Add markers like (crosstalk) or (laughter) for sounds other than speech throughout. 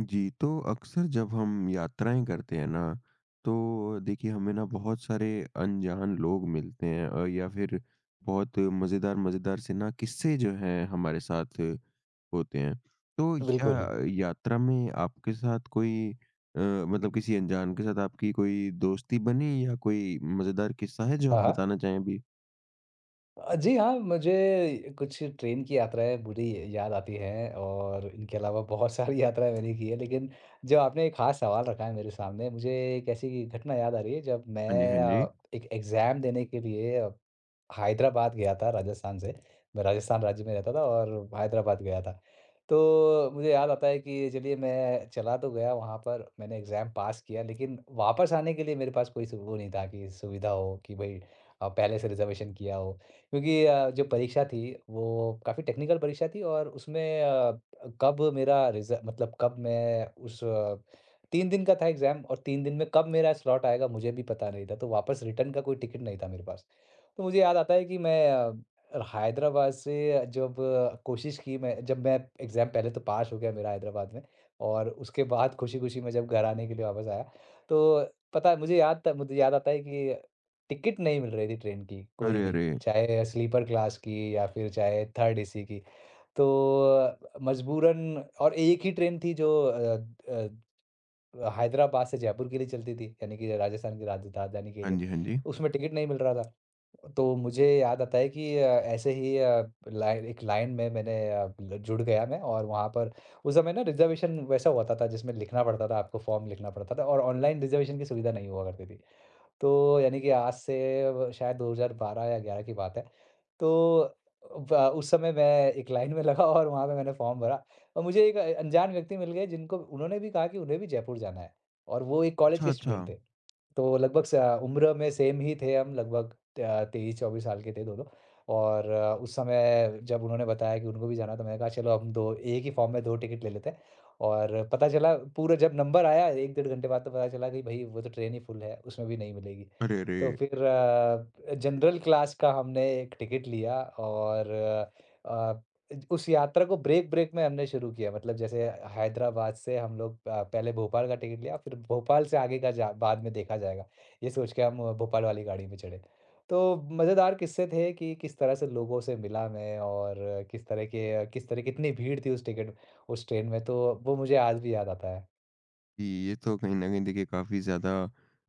जी, तो अक्सर जब हम यात्राएँ करते हैं ना, तो देखिए हमें ना बहुत सारे अनजान लोग मिलते हैं या फिर बहुत मज़ेदार-मज़ेदार से ना किस्से जो हैं हमारे साथ होते हैं। तो बिल्कुल, यात्रा में आपके साथ कोई मतलब किसी अनजान के साथ आपकी कोई दोस्ती बनी या कोई मज़ेदार किस्सा है जो आप हाँ, हाँ। बताना चाहें अभी? जी हाँ, मुझे कुछ ट्रेन की यात्राएँ बुरी याद आती हैं और इनके अलावा बहुत सारी यात्राएँ मैंने की है, लेकिन जो आपने एक ख़ास सवाल रखा है मेरे सामने, मुझे एक ऐसी घटना याद आ रही है जब हाँ जी, हाँ मैं जी। एक एग्ज़ाम देने के लिए हैदराबाद गया था राजस्थान से। मैं राजस्थान राज्य में रहता था और हैदराबाद गया था। तो मुझे याद आता है कि चलिए मैं चला तो गया वहाँ पर, मैंने एग्ज़ाम पास किया लेकिन वापस आने के लिए मेरे पास कोई सु वो नहीं था कि सुविधा हो कि भई पहले से रिज़र्वेशन किया हो। क्योंकि जो परीक्षा थी वो काफ़ी टेक्निकल परीक्षा थी और उसमें कब मेरा रिज़ मतलब, कब मैं उस 3 दिन का था एग्ज़ाम और 3 दिन में कब मेरा स्लॉट आएगा मुझे भी पता नहीं था। तो वापस रिटर्न का कोई टिकट नहीं था मेरे पास। तो मुझे याद आता है कि मैं हैदराबाद से जब कोशिश की, मैं जब मैं एग्ज़ाम पहले तो पास हो गया मेरा हैदराबाद में, और उसके बाद खुशी-खुशी मैं जब घर आने के लिए वापस आया, तो पता है, मुझे याद आता है कि टिकट नहीं मिल रही थी ट्रेन की कोई अरे, भी, अरे! चाहे स्लीपर क्लास की या फिर चाहे थर्ड एसी की। तो अ, मजबूरन, और एक ही ट्रेन थी जो अ, हैदराबाद से जयपुर के लिए चलती थी, यानी कि राजस्थान की राजधानी के हाँ लिए। जी, हाँ जी। उसमें टिकट नहीं मिल रहा था। तो मुझे याद आता है कि ऐसे ही लाइन एक लाइन में मैंने जुड़ गया मैं, और वहाँ पर उस समय ना रिजर्वेशन वैसा होता था जिसमें लिखना पड़ता था, आपको फॉर्म लिखना पड़ता था और ऑनलाइन रिजर्वेशन की सुविधा नहीं हुआ करती थी। तो यानी कि आज से शायद 2012 या 11 की बात है। तो उस समय मैं एक लाइन में लगा और वहाँ पे मैंने फॉर्म भरा, और मुझे एक अनजान व्यक्ति मिल गए, जिनको उन्होंने भी कहा कि उन्हें भी जयपुर जाना है, और वो एक कॉलेज अच्छा, के अच्छा। स्टूडेंट थे। तो लगभग स उम्र में सेम ही थे हम, लगभग 23-24 साल के थे दोनों। और उस समय जब उन्होंने बताया कि उनको भी जाना, तो मैंने कहा चलो हम 2, एक ही फॉर्म में 2 टिकट ले लेते हैं। और पता चला, पूरा जब नंबर आया 1 डेढ़ घंटे बाद, तो पता चला कि भई वो तो ट्रेन ही फुल है, उसमें भी नहीं मिलेगी। अरे, तो अरे! फिर जनरल क्लास का हमने एक टिकट लिया, और अ, उस यात्रा को ब्रेक-ब्रेक में हमने शुरू किया, मतलब जैसे हैदराबाद से हम लोग पहले भोपाल का टिकट लिया, फिर भोपाल से आगे का जा बाद में देखा जाएगा, ये सोच के हम भोपाल वाली गाड़ी में चढ़े। तो मज़ेदार किस्से थे कि किस तरह से लोगों से मिला मैं, और किस तरह के किस तरह कितनी भीड़ थी उस ट्रेन में, तो वो मुझे आज भी याद आता है। जी, ये तो कहीं न कहीं देखिए काफ़ी ज़्यादा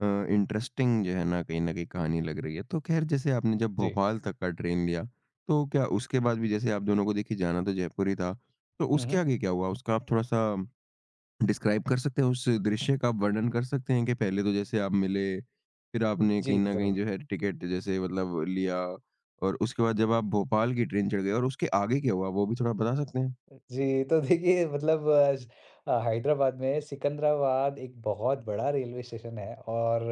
अ, इंटरेस्टिंग जो है ना कहीं न कहीं कहानी लग रही है। तो ख़ैर जैसे आपने जब जी। भोपाल तक का ट्रेन लिया, तो क्या उसके बाद भी जैसे आप दोनों को देखिए जाना तो जयपुर ही था, तो हुँ, उसके हुँ। आगे क्या हुआ? उसका आप थोड़ा-सा डिस्क्राइब कर सकते हैं? उस दृश्य का आप वर्णन कर सकते हैं कि पहले तो जैसे आप मिले, फिर आपने कहीं जी, न कहीं ज़रूर। जो है टिकट जैसे मतलब लिया और उसके बाद जब आप भोपाल की ट्रेन चढ़ गए और उसके आगे क्या हुआ? वो भी थोड़ा बता सकते हैं? जी, तो देखिए, मतलब अज हैदराबाद में सिकंदराबाद एक बहुत बड़ा रेलवे स्टेशन है, और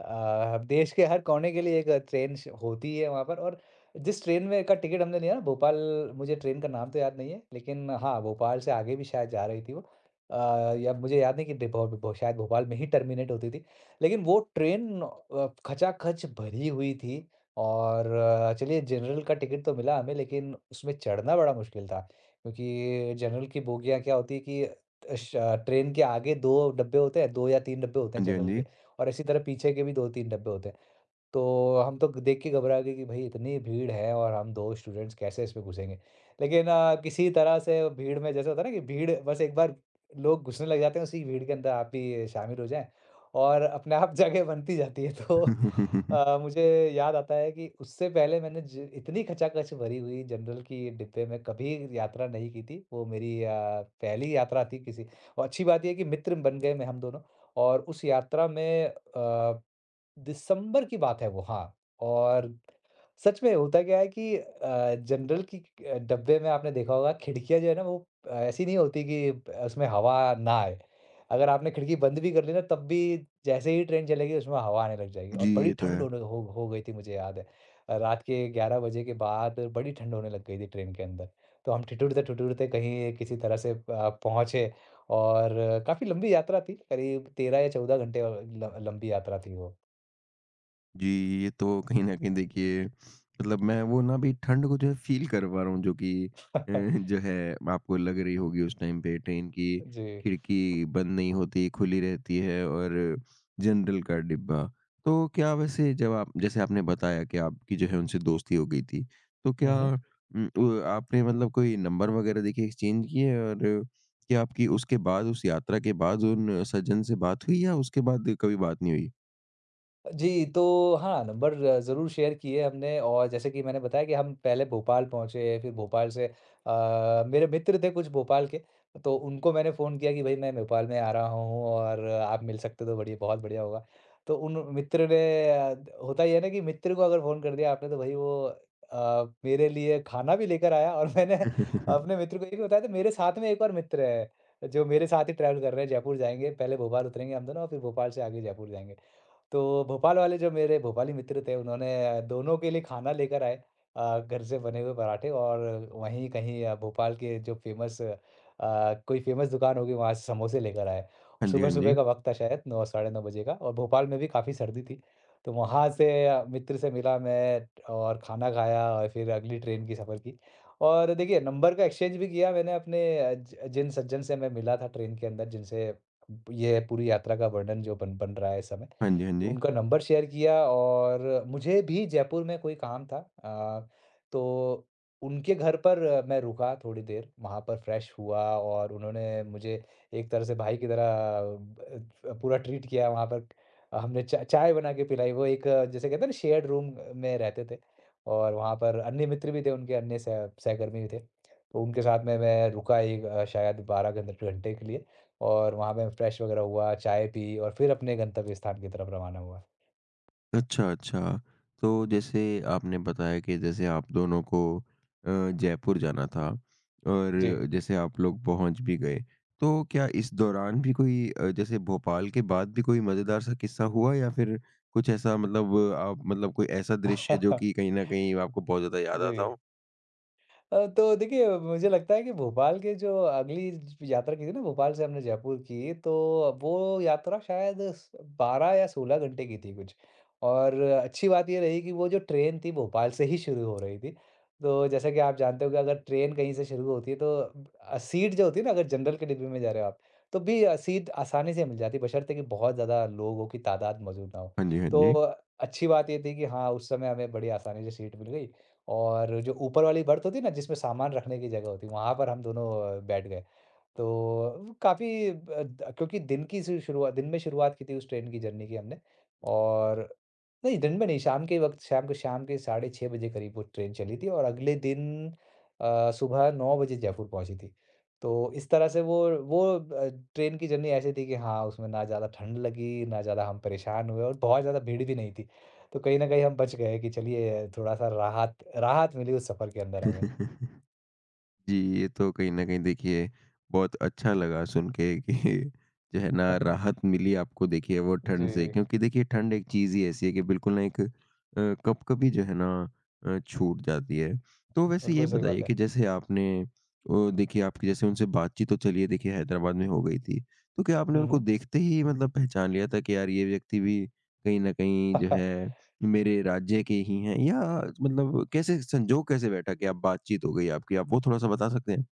देश के हर कोने के लिए एक ट्रेन श होती है वहाँ पर। और जिस ट्रेन में का टिकट हमने लिया ना भोपाल मुझे ट्रेन का नाम तो याद नहीं है, लेकिन हाँ, भोपाल से आगे भी शायद जा रही थी वो। या मुझे याद नहीं कि शायद भोपाल में ही टर्मिनेट होती थी। लेकिन वो ट्रेन खचाखच भरी हुई थी, और चलिए जनरल का टिकट तो मिला हमें, लेकिन उसमें चढ़ना बड़ा मुश्किल था। क्योंकि जनरल की बोगियाँ क्या होती है कि श ट्रेन के आगे 2 डब्बे होते हैं, 2 या 3 डब्बे होते हैं हाँ जी, हाँ जनरल जी। के, और इसी तरह पीछे के भी 2-3 डब्बे होते हैं। तो हम तो देख के घबरा गए कि भाई इतनी भीड़ है, और हम 2 स्टूडेंट्स कैसे इसमें घुसेंगे। लेकिन किसी तरह से, भीड़ में जैसे होता है ना कि भीड़ बस, एक बार लोग घुसने लग जाते हैं उसी भीड़ के अंदर, आप भी शामिल हो जाएँ और अपने आप जगह (laughs) बनती जाती है। तो (laughs) मुझे याद आता है कि उससे पहले मैंने ज इतनी खचाखच भरी हुई जनरल की डिब्बे में कभी यात्रा नहीं की थी। वो मेरी पहली यात्रा थी किसी। और अच्छी बात ये है कि मित्र बन गए मैं हम दोनों, और उस यात्रा में दिसंबर की बात है वो, हाँ। और सच में होता क्या है कि जनरल की डब्बे में आपने देखा होगा खिड़कियाँ जो है ना, वो ऐसी नहीं होती कि उसमें हवा ना आए। अगर आपने खिड़की बंद भी कर ली ना, तब भी जैसे ही ट्रेन चलेगी उसमें हवा आने लग जाएगी, जी, और बड़ी ये तो है। ठंड होने हो गई थी, मुझे याद है। रात के 11 बजे के बाद बड़ी ठंड होने लग गई थी ट्रेन के अंदर। तो हम ठिठुरते-ठिठुरते कहीं किसी तरह से पहुँचे, और काफ़ी लंबी यात्रा थी, करीब 13 या 14 घंटे ल लंबी यात्रा थी वो। जी, ये तो कहीं न कहीं देखिए मतलब मैं वो ना अभी ठंड को जो है फ़ील कर पा रहा हूँ जो कि (laughs) जो है आपको लग रही होगी उस टाइम पे ट्रेन की जी। खिड़की बंद नहीं होती, खुली रहती है और जनरल का डिब्बा। तो क्या वैसे जब आप जैसे आपने बताया कि आपकी जो है उनसे दोस्ती हो गई थी, तो क्या हुँ, हुँ। उम, उ आपने मतलब कोई नंबर वग़ैरह देखिए एक्सचेंज किए और क्या आपकी उसके बाद उस यात्रा के बाद उन सज्जन से बात हुई या उसके बाद कभी बात नहीं हुई? जी, तो हाँ, नंबर ज़रूर शेयर किए हमने, और जैसे कि मैंने बताया कि हम पहले भोपाल पहुँचे, फिर भोपाल से मेरे मित्र थे कुछ भोपाल के, तो उनको मैंने फ़ोन किया कि भई मैं भोपाल में आ रहा हूँ, और आप मिल सकते हो तो बढ़िया बहुत बढ़िया होगा। तो उन मित्र ने होता ये है ना कि मित्र को अगर फ़ोन कर दिया आपने, तो भई वो मेरे लिए खाना भी लेकर आया। और (laughs) मैंने अपने (laughs) मित्र को ये भी बताया था, मेरे साथ में एक और मित्र है, जो मेरे साथ ही ट्रैवल कर रहे हैं, जयपुर जाएँगे, पहले भोपाल उतरेंगे हम दोनों और फिर भोपाल से आगे जयपुर जाएँगे। तो भोपाल वाले जो मेरे भोपाली मित्र थे, उन्होंने दोनों के लिए खाना लेकर आए, घर से बने हुए पराठे, और वहीं कहीं भोपाल के जो फेमस कोई फेमस दुकान होगी वहाँ से समोसे लेकर आए। और हाँ जी, हाँ सुबह जी। सुबह का वक्त था, शायद 9 साढ़े 9 बजे का, और भोपाल में भी काफ़ी सर्दी थी। तो वहाँ से मित्र से मिला मैं और खाना खाया, और फिर अगली ट्रेन की सफ़र की। और देखिए, नंबर का एक्सचेंज भी किया मैंने, अपने जिन सज्जन से मैं मिला था ट्रेन के अंदर, जिनसे ये पूरी यात्रा का वर्णन जो बन बन रहा है इस समय, हाँ जी, हाँ जी। उनका नंबर शेयर किया। और मुझे भी जयपुर में कोई काम था, तो उनके घर पर मैं रुका थोड़ी देर, वहाँ पर फ्रेश हुआ, और उन्होंने मुझे एक तरह से भाई की तरह पूरा ट्रीट किया वहाँ पर। हमने चा चाय बना के पिलाई, वो एक जैसे कहते हैं ना शेयर्ड रूम में रहते थे, और वहाँ पर अन्य मित्र भी थे उनके, अन्य सह सहकर्मी भी थे। तो उनके साथ में मैं रुका एक शायद 12 घंटे घंटे के लिए। और वहाँ पे फ्रेश वगैरह हुआ, चाय पी और फिर अपने गंतव्य स्थान की तरफ रवाना हुआ। अच्छा, अच्छा। तो जैसे आपने बताया कि जैसे आप दोनों को जयपुर जाना था जी। और जैसे आप लोग पहुँच भी गए। तो क्या इस दौरान भी कोई जैसे भोपाल के बाद भी कोई मज़ेदार सा किस्सा हुआ या फिर कुछ ऐसा मतलब आप मतलब कोई ऐसा दृश्य जो कि (laughs) कहीं न कहीं आपको बहुत ज़्यादा याद जी। आता हो? तो देखिए, मुझे लगता है कि भोपाल के जो अगली यात्रा की थी ना भोपाल से हमने जयपुर की, तो वो यात्रा शायद बारह या सोलह घंटे की थी कुछ। और अच्छी बात ये रही कि वो जो ट्रेन थी भोपाल से ही शुरू हो रही थी, तो जैसा कि आप जानते हो कि अगर ट्रेन कहीं से शुरू होती है, तो सीट जो होती है ना, अगर जनरल के डिब्बे में जा रहे हो आप, तो भी सीट आसानी से मिल जाती, बशर्ते कि बहुत ज़्यादा लोगों की तादाद मौजूद ना हो। हाँ जी, तो हाँ अच्छी बात ये थी कि हाँ, उस समय हमें बड़ी आसानी से सीट मिल गई, और जो ऊपर वाली बर्थ होती है ना जिसमें सामान रखने की जगह होती है, वहाँ पर हम दोनों बैठ गए। तो काफ़ी द क्योंकि दिन की सु शुरुआत दिन में शुरुआत की थी उस ट्रेन की जर्नी की हमने। और नहीं दिन में नहीं शाम के वक़्त, शाम के साढ़े 6 बजे करीब वो ट्रेन चली थी, और अगले दिन सुबह 9 बजे जयपुर पहुँची थी। तो इस तरह से वो ट्रेन की जर्नी ऐसी थी कि हाँ, उसमें ना ज़्यादा ठंड लगी, ना ज़्यादा हम परेशान हुए, और बहुत ज़्यादा भीड़ भी नहीं थी। तो कहीं न कहीं हम बच गए, कि चलिए थोड़ा-सा राहत राहत मिली उस सफ़र के अंदर जी। हमें। (laughs) जी, ये तो कहीं न कहीं देखिए बहुत अच्छा लगा सुन के (laughs) कि जो है ना (laughs) राहत मिली आपको देखिए वो ठंड से, जी, क्योंकि देखिए ठंड एक चीज़ ही ऐसी है कि बिल्कुल ना एक कब-कभी जो है ना छूट जाती है। तो वैसे ये बिल्कुल सही बताइए बात कि है। जैसे आपने ओ देखिए, आपकी जैसे उनसे बातचीत तो चलिए देखिए हैदराबाद में हो गई थी। तो क्या आपने हुँ, उनको हुँ। देखते ही मतलब पहचान लिया था कि यार ये व्यक्ति भी कहीं न कहीं जो है (laughs) मेरे राज्य के ही हैं या मतलब कैसे संजोग कैसे बैठा कि आप बातचीत हो गई आपकी? आप वो थोड़ा-सा बता सकते हैं?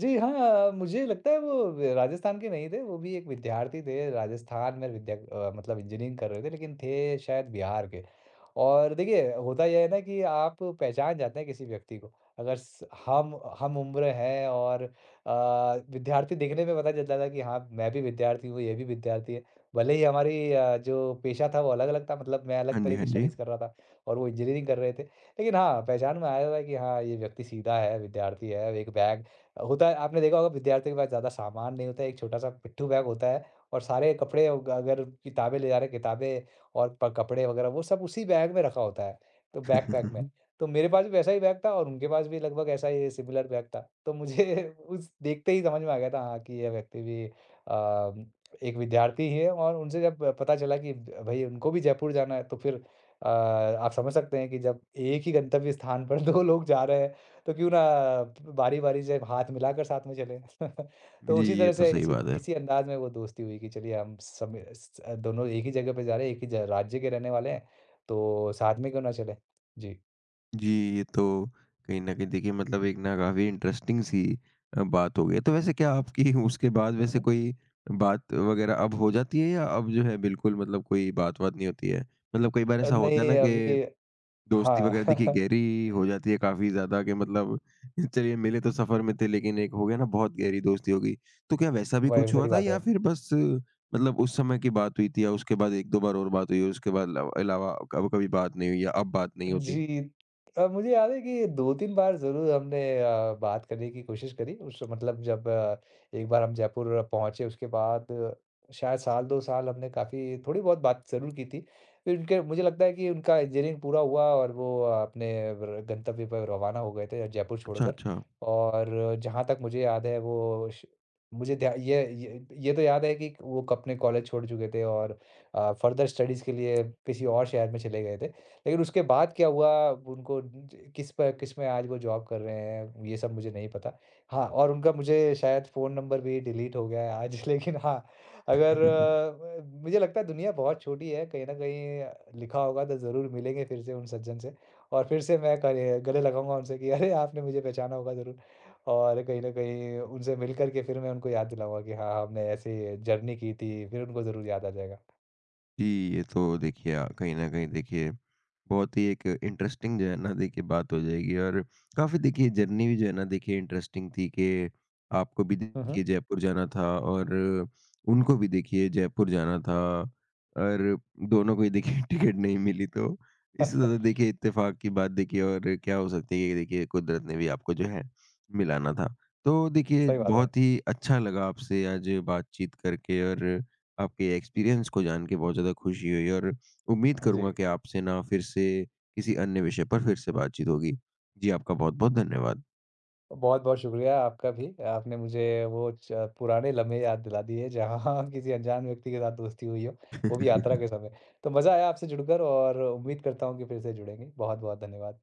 जी हाँ, मुझे लगता है वो राजस्थान के नहीं थे, वो भी एक विद्यार्थी थे, राजस्थान में विद्या मतलब इंजीनियरिंग कर रहे थे, लेकिन थे शायद बिहार के। और देखिए, होता ये है ना कि आप पहचान जाते हैं किसी व्यक्ति को। अगर स हम उम्र हैं और विद्यार्थी, देखने में पता चलता था कि हाँ, मैं भी विद्यार्थी हूँ, ये भी विद्यार्थी है। भले ही हमारी जो पेशा था वो अलग-अलग था, मतलब मैं हाँ अलग जी, तरह हाँ की जी। स्टडीज़ कर रहा था और वो इंजीनियरिंग कर रहे थे। लेकिन हाँ, पहचान में आया था कि हाँ, ये व्यक्ति सीधा है, विद्यार्थी है। एक बैग होता है, आपने देखा होगा, विद्यार्थियों के पास ज़्यादा सामान नहीं होता है, एक छोटा-सा पिट्ठू बैग होता है, और सारे कपड़े अग अगर किताबें ले जा रहे हैं, किताबें और प कपड़े वगैरह वो सब उसी बैग में रखा होता है, तो बैकपैक में। (laughs) तो मेरे पास भी वैसा ही बैग था, और उनके पास भी लगभग ऐसा ही सिमिलर बैग था। तो मुझे (laughs) उस देखते ही समझ में आ गया था, हाँ, कि ये व्यक्ति भी एक विद्यार्थी ही है। और उनसे जब पता चला कि भई उनको भी जयपुर जाना है, तो फिर आप समझ सकते हैं कि जब एक ही गंतव्य स्थान पर (laughs) 2 लोग जा रहे हैं, तो क्यों ना बारी-बारी से हाथ मिलाकर साथ में चलें। (laughs) तो जी, उसी ये तरह तो से सही इसी बात है। इसी अंदाज में वो दोस्ती हुई कि चलिए, हम सब स दोनों एक ही जगह पे जा रहे हैं, एक ही ज राज्य के रहने वाले हैं, तो साथ में क्यों ना चलें? जी। जी, ये तो कहीं न कहीं देखिए मतलब एक ना काफ़ी इंटरेस्टिंग सी बात हो गई। तो वैसे क्या आपकी (laughs) उसके बाद हुँ, वैसे हुँ। कोई बात वग़ैरह अब हो जाती है या अब जो है बिल्कुल मतलब कोई बात-वात नहीं होती है? मतलब कई बार ऐसा होता है नहीं ना कि अभी, दोस्ती हाँ, वगैरह देखिए (laughs) गहरी हो जाती है काफ़ी ज़्यादा कि मतलब (laughs) चलिए मिले तो सफ़र में थे, लेकिन एक हो गया ना बहुत गहरी दोस्ती हो गई। तो क्या वैसा भी वही कुछ हुआ सही था बात है। या फिर बस मतलब उस समय की बात हुई थी या उसके बाद 1-2 बार और बात हुई है उसके बाद अलावा अलावा कब कभी बात नहीं हुई या अब बात नहीं होती? जी। मुझे याद है कि 2-3 बार ज़रूर हमने बात करने की कोशिश करी। उस मतलब जब एक बार हम जयपुर पहुँचे उसके बाद शायद साल 2 साल हमने काफ़ी थोड़ी-बहुत बात ज़रूर की थी। फिर उनके, मुझे लगता है कि उनका इंजीनियरिंग पूरा हुआ, और वो अपने र गंतव्य पर रवाना हो गए थे जयपुर अच्छा, छोड़कर। अच्छा। और जहाँ तक मुझे याद है, वो श मुझे ध्या ये तो याद है कि वो अपने कॉलेज छोड़ चुके थे, और फ़र्दर स्टडीज़ के लिए किसी और शहर में चले गए थे। लेकिन उसके बाद क्या हुआ, उनको ज किस प किस में आज वो जॉब कर रहे हैं, ये सब मुझे नहीं पता। हाँ, और उनका मुझे शायद फ़ोन नंबर भी डिलीट हो गया है आज। (laughs) लेकिन हाँ, अगर (laughs) मुझे लगता है दुनिया बहुत छोटी है, कहीं न कहीं लिखा होगा तो ज़रूर मिलेंगे फिर से उन सज्जन से, और फिर से मैं करे गले लगाऊँगा उनसे कि अरे! आपने मुझे पहचाना होगा ज़रूर, और कहीं न कहीं उनसे मिल कर के फिर मैं उनको याद दिलाऊँगा कि हाँ, हमने ऐसी जर्नी की थी, फिर उनको ज़रूर याद आ जाएगा। जी, ये तो देखिए कहीं न कहीं देखिए बहुत ही एक इंटरेस्टिंग जो है ना देखिए बात हो जाएगी और काफ़ी देखिए जर्नी भी जो है ना देखिए इंटरेस्टिंग थी कि आपको भी हुँ, हुँ। देखिए जयपुर जाना था और उनको भी देखिए जयपुर जाना था और दोनों को ही देखिए (laughs) टिकट नहीं मिली, तो इससे ज़्यादा (laughs) देखिए इत्तेफ़ाक की बात देखिए और क्या हो सकती है कि देखिए कुदरत ने भी आपको जो है मिलाना था। तो देखिए सही बात है। बहुत ही अच्छा लगा आपसे आज बातचीत करके और आपके एक्सपीरियंस को जान के बहुत ज़्यादा खुशी हुई और उम्मीद जी। करूँगा कि आपसे ना फिर से किसी अन्य विषय पर फिर से बातचीत होगी। जी, आपका बहुत-बहुत धन्यवाद। बहुत-बहुत शुक्रिया आपका भी। आपने मुझे वो च पुराने लम्हे याद दिला दिए, जहाँ (laughs) किसी अनजान व्यक्ति के साथ दोस्ती हुई हो, वो भी यात्रा के (laughs) समय। तो मज़ा आया आपसे जुड़कर, और उम्मीद करता हूँ कि फिर से जुड़ेंगे। बहुत-बहुत धन्यवाद।